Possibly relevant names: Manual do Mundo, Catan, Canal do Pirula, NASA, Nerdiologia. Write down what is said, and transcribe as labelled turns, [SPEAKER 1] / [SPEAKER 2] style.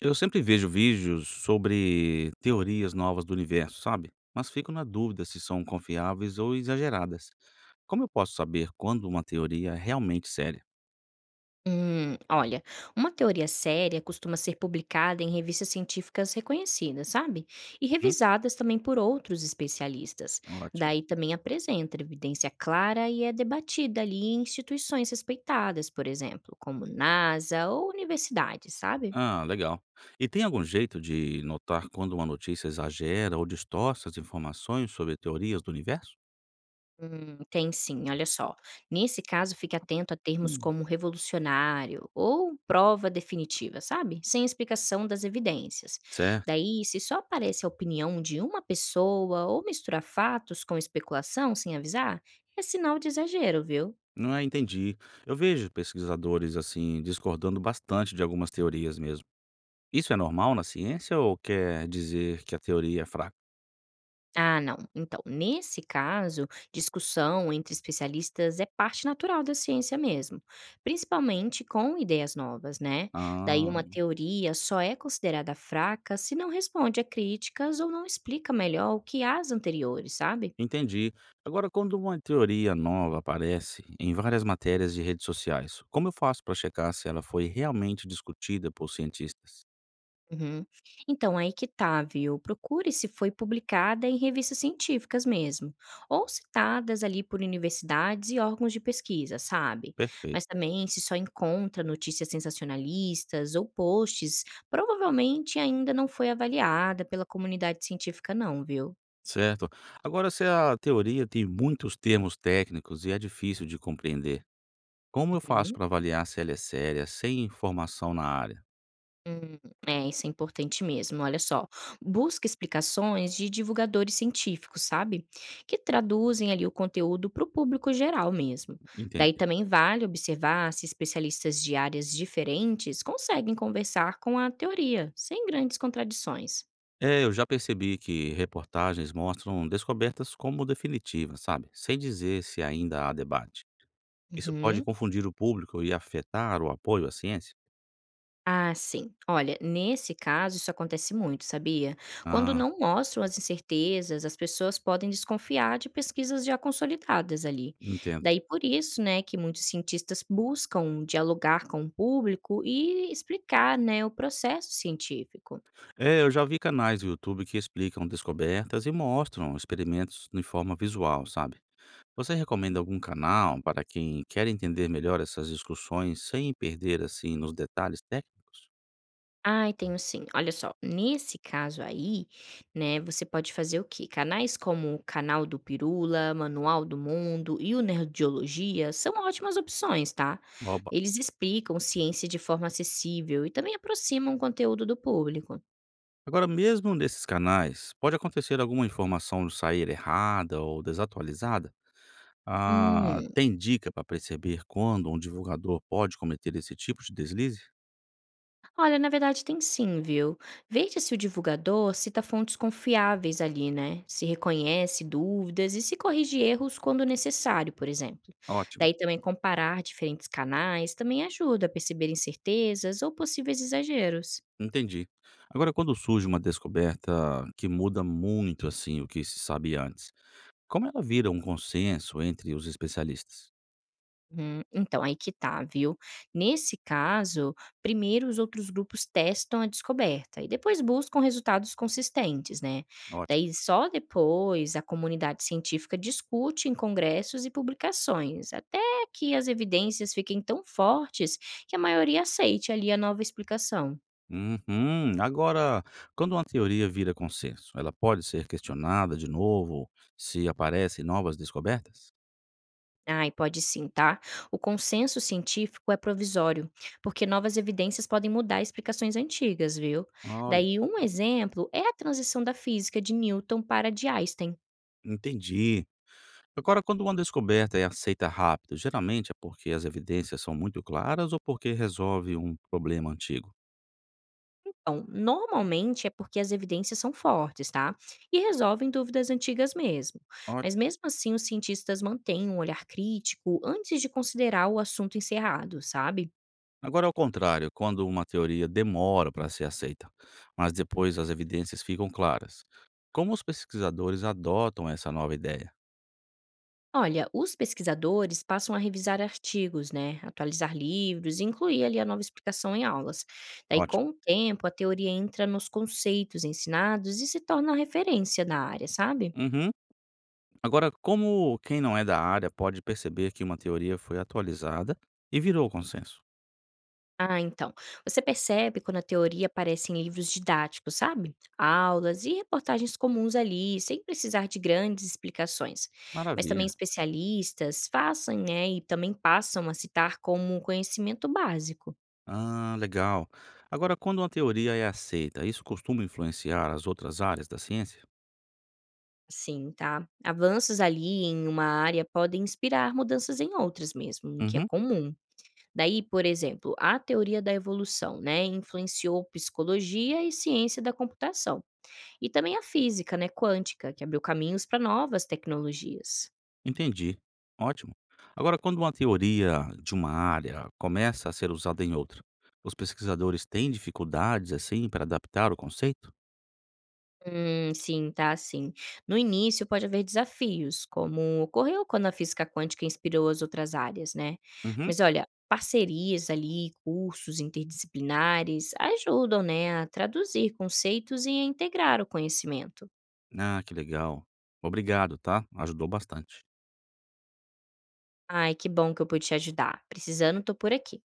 [SPEAKER 1] Eu sempre vejo vídeos sobre teorias novas do universo, sabe? Mas fico na dúvida se são confiáveis ou exageradas. Como eu posso saber quando uma teoria é realmente séria?
[SPEAKER 2] Olha, uma teoria séria costuma ser publicada em revistas científicas reconhecidas, sabe? E
[SPEAKER 1] Uhum,
[SPEAKER 2] revisadas também por outros especialistas.
[SPEAKER 1] ótimo.
[SPEAKER 2] Daí também apresenta evidência clara e é debatida ali em instituições respeitadas, por exemplo, como NASA ou universidades, sabe?
[SPEAKER 1] Ah, legal. E tem algum jeito de notar quando uma notícia exagera ou distorce as informações sobre teorias do universo?
[SPEAKER 2] Tem sim, olha só. Nesse caso, fique atento a termos
[SPEAKER 1] Hum.
[SPEAKER 2] como revolucionário ou prova definitiva, sabe? Sem explicação das evidências.
[SPEAKER 1] Certo.
[SPEAKER 2] Daí, se só aparece a opinião de uma pessoa ou misturar fatos com especulação sem avisar, é sinal de exagero, viu?
[SPEAKER 1] Não é, entendi. Eu vejo pesquisadores assim discordando bastante de algumas teorias mesmo. Isso é normal na ciência ou quer dizer que a teoria é fraca?
[SPEAKER 2] Ah, não. Então, nesse caso, discussão entre especialistas é parte natural da ciência mesmo, principalmente com ideias novas, né? Daí,
[SPEAKER 1] Ah.
[SPEAKER 2] uma teoria só é considerada fraca se não responde a críticas ou não explica melhor o que as anteriores, sabe?
[SPEAKER 1] Entendi. Agora, quando uma teoria nova aparece em várias matérias de redes sociais, como eu faço para checar se ela foi realmente discutida por cientistas?
[SPEAKER 2] Uhum. Então, aí que tá, viu? Procure se foi publicada em revistas científicas mesmo, ou citadas ali por universidades e órgãos de pesquisa, sabe?
[SPEAKER 1] Perfeito.
[SPEAKER 2] Mas também, se só encontra notícias sensacionalistas ou posts, provavelmente ainda não foi avaliada pela comunidade científica, não, viu?
[SPEAKER 1] Certo. Agora, se a teoria tem muitos termos técnicos e é difícil de compreender, como eu faço
[SPEAKER 2] Uhum.
[SPEAKER 1] para avaliar se ela é séria, sem informação na área?
[SPEAKER 2] Hum, é, isso é importante mesmo. Olha só, busca explicações de divulgadores científicos, sabe? Que traduzem ali o conteúdo para o público geral mesmo. Daí
[SPEAKER 1] Entendi.
[SPEAKER 2] também vale observar se especialistas de áreas diferentes conseguem conversar com a teoria, sem grandes contradições.
[SPEAKER 1] É, eu já percebi que reportagens mostram descobertas como definitivas, sabe? Sem dizer se ainda há debate. Isso pode
[SPEAKER 2] Uhum.
[SPEAKER 1] confundir o público e afetar o apoio à ciência?
[SPEAKER 2] Ah, sim. Olha, nesse caso, isso acontece muito, sabia? Quando
[SPEAKER 1] Ah,
[SPEAKER 2] não mostram as incertezas, as pessoas podem desconfiar de pesquisas já consolidadas ali.
[SPEAKER 1] entendo.
[SPEAKER 2] Daí por isso, né, que muitos cientistas buscam dialogar com o público e explicar, né, o processo científico.
[SPEAKER 1] É, eu já vi canais do YouTube que explicam descobertas e mostram experimentos de forma visual, sabe? Você recomenda algum canal para quem quer entender melhor essas discussões sem perder assim nos detalhes técnicos?
[SPEAKER 2] Ai, tenho sim. Olha só, nesse caso aí, né, você pode fazer o quê? Canais como o Canal do Pirula, Manual do Mundo e o Nerdiologia são ótimas opções, tá?
[SPEAKER 1] Oba.
[SPEAKER 2] Eles explicam ciência de forma acessível e também aproximam o conteúdo do público.
[SPEAKER 1] Agora, mesmo nesses canais, pode acontecer alguma informação sair errada ou desatualizada? Ah,
[SPEAKER 2] Hum.
[SPEAKER 1] tem dica para perceber quando um divulgador pode cometer esse tipo de deslize?
[SPEAKER 2] Olha, na verdade tem sim, viu? Veja se o divulgador cita fontes confiáveis ali, né? Se reconhece dúvidas e se corrige erros quando necessário, por exemplo.
[SPEAKER 1] Ótimo.
[SPEAKER 2] Daí também comparar diferentes canais também ajuda a perceber incertezas ou possíveis exageros.
[SPEAKER 1] Entendi. Agora, quando surge uma descoberta que muda muito, assim, o que se sabia antes, como ela vira um consenso entre os especialistas?
[SPEAKER 2] Então, aí que tá, viu? Nesse caso, primeiro os outros grupos testam a descoberta e depois buscam resultados consistentes, né? Daí
[SPEAKER 1] Ótimo.
[SPEAKER 2] só depois a comunidade científica discute em congressos e publicações, até que as evidências fiquem tão fortes que a maioria aceite ali a nova explicação.
[SPEAKER 1] Uhum. Agora, quando uma teoria vira consenso, ela pode ser questionada de novo se aparecem novas descobertas?
[SPEAKER 2] Ai, pode sim, tá? O consenso científico é provisório, porque novas evidências podem mudar explicações antigas, viu?
[SPEAKER 1] Olha,
[SPEAKER 2] Daí, um exemplo é a transição da física de Newton para a de Einstein.
[SPEAKER 1] entendi. Agora, quando uma descoberta é aceita rápido, geralmente é porque as evidências são muito claras ou porque resolve um problema antigo?
[SPEAKER 2] Então, normalmente é porque as evidências são fortes, tá? E resolvem dúvidas antigas mesmo. Mas mesmo assim, os cientistas mantêm um olhar crítico antes de considerar o assunto encerrado, sabe?
[SPEAKER 1] Agora, ao contrário, quando uma teoria demora para ser aceita, mas depois as evidências ficam claras. Como os pesquisadores adotam essa nova ideia?
[SPEAKER 2] Olha, os pesquisadores passam a revisar artigos, né, atualizar livros e incluir ali a nova explicação em aulas. Daí,
[SPEAKER 1] Ótimo.
[SPEAKER 2] com o tempo, a teoria entra nos conceitos ensinados e se torna a referência da área, sabe?
[SPEAKER 1] Uhum. Agora, como quem não é da área pode perceber que uma teoria foi atualizada e virou consenso?
[SPEAKER 2] Ah, então. Você percebe quando a teoria aparece em livros didáticos, sabe? Aulas e reportagens comuns ali, sem precisar de grandes explicações. Mas também
[SPEAKER 1] Maravilha.
[SPEAKER 2] especialistas façam, né, e também passam a citar como um conhecimento básico.
[SPEAKER 1] Ah, legal. Agora, quando uma teoria é aceita, isso costuma influenciar as outras áreas da ciência?
[SPEAKER 2] Sim, tá? Avanços ali em uma área podem inspirar mudanças em outras mesmo, o que é
[SPEAKER 1] Uhum.
[SPEAKER 2] comum. Daí, por exemplo, a teoria da evolução, né, influenciou psicologia e ciência da computação, e também a física, né, quântica, que abriu caminhos para novas tecnologias.
[SPEAKER 1] Entendi. Ótimo. Agora, quando uma teoria de uma área começa a ser usada em outra, os pesquisadores têm dificuldades assim para adaptar o conceito?
[SPEAKER 2] Sim, tá sim. No início pode haver desafios, como ocorreu quando a física quântica inspirou as outras áreas, né?
[SPEAKER 1] Uhum.
[SPEAKER 2] Mas olha, parcerias ali, cursos interdisciplinares ajudam, né, a traduzir conceitos e a integrar o conhecimento.
[SPEAKER 1] Ah, que legal. Obrigado, tá? Ajudou bastante.
[SPEAKER 2] Ai, que bom que eu pude te ajudar. Precisando, tô por aqui.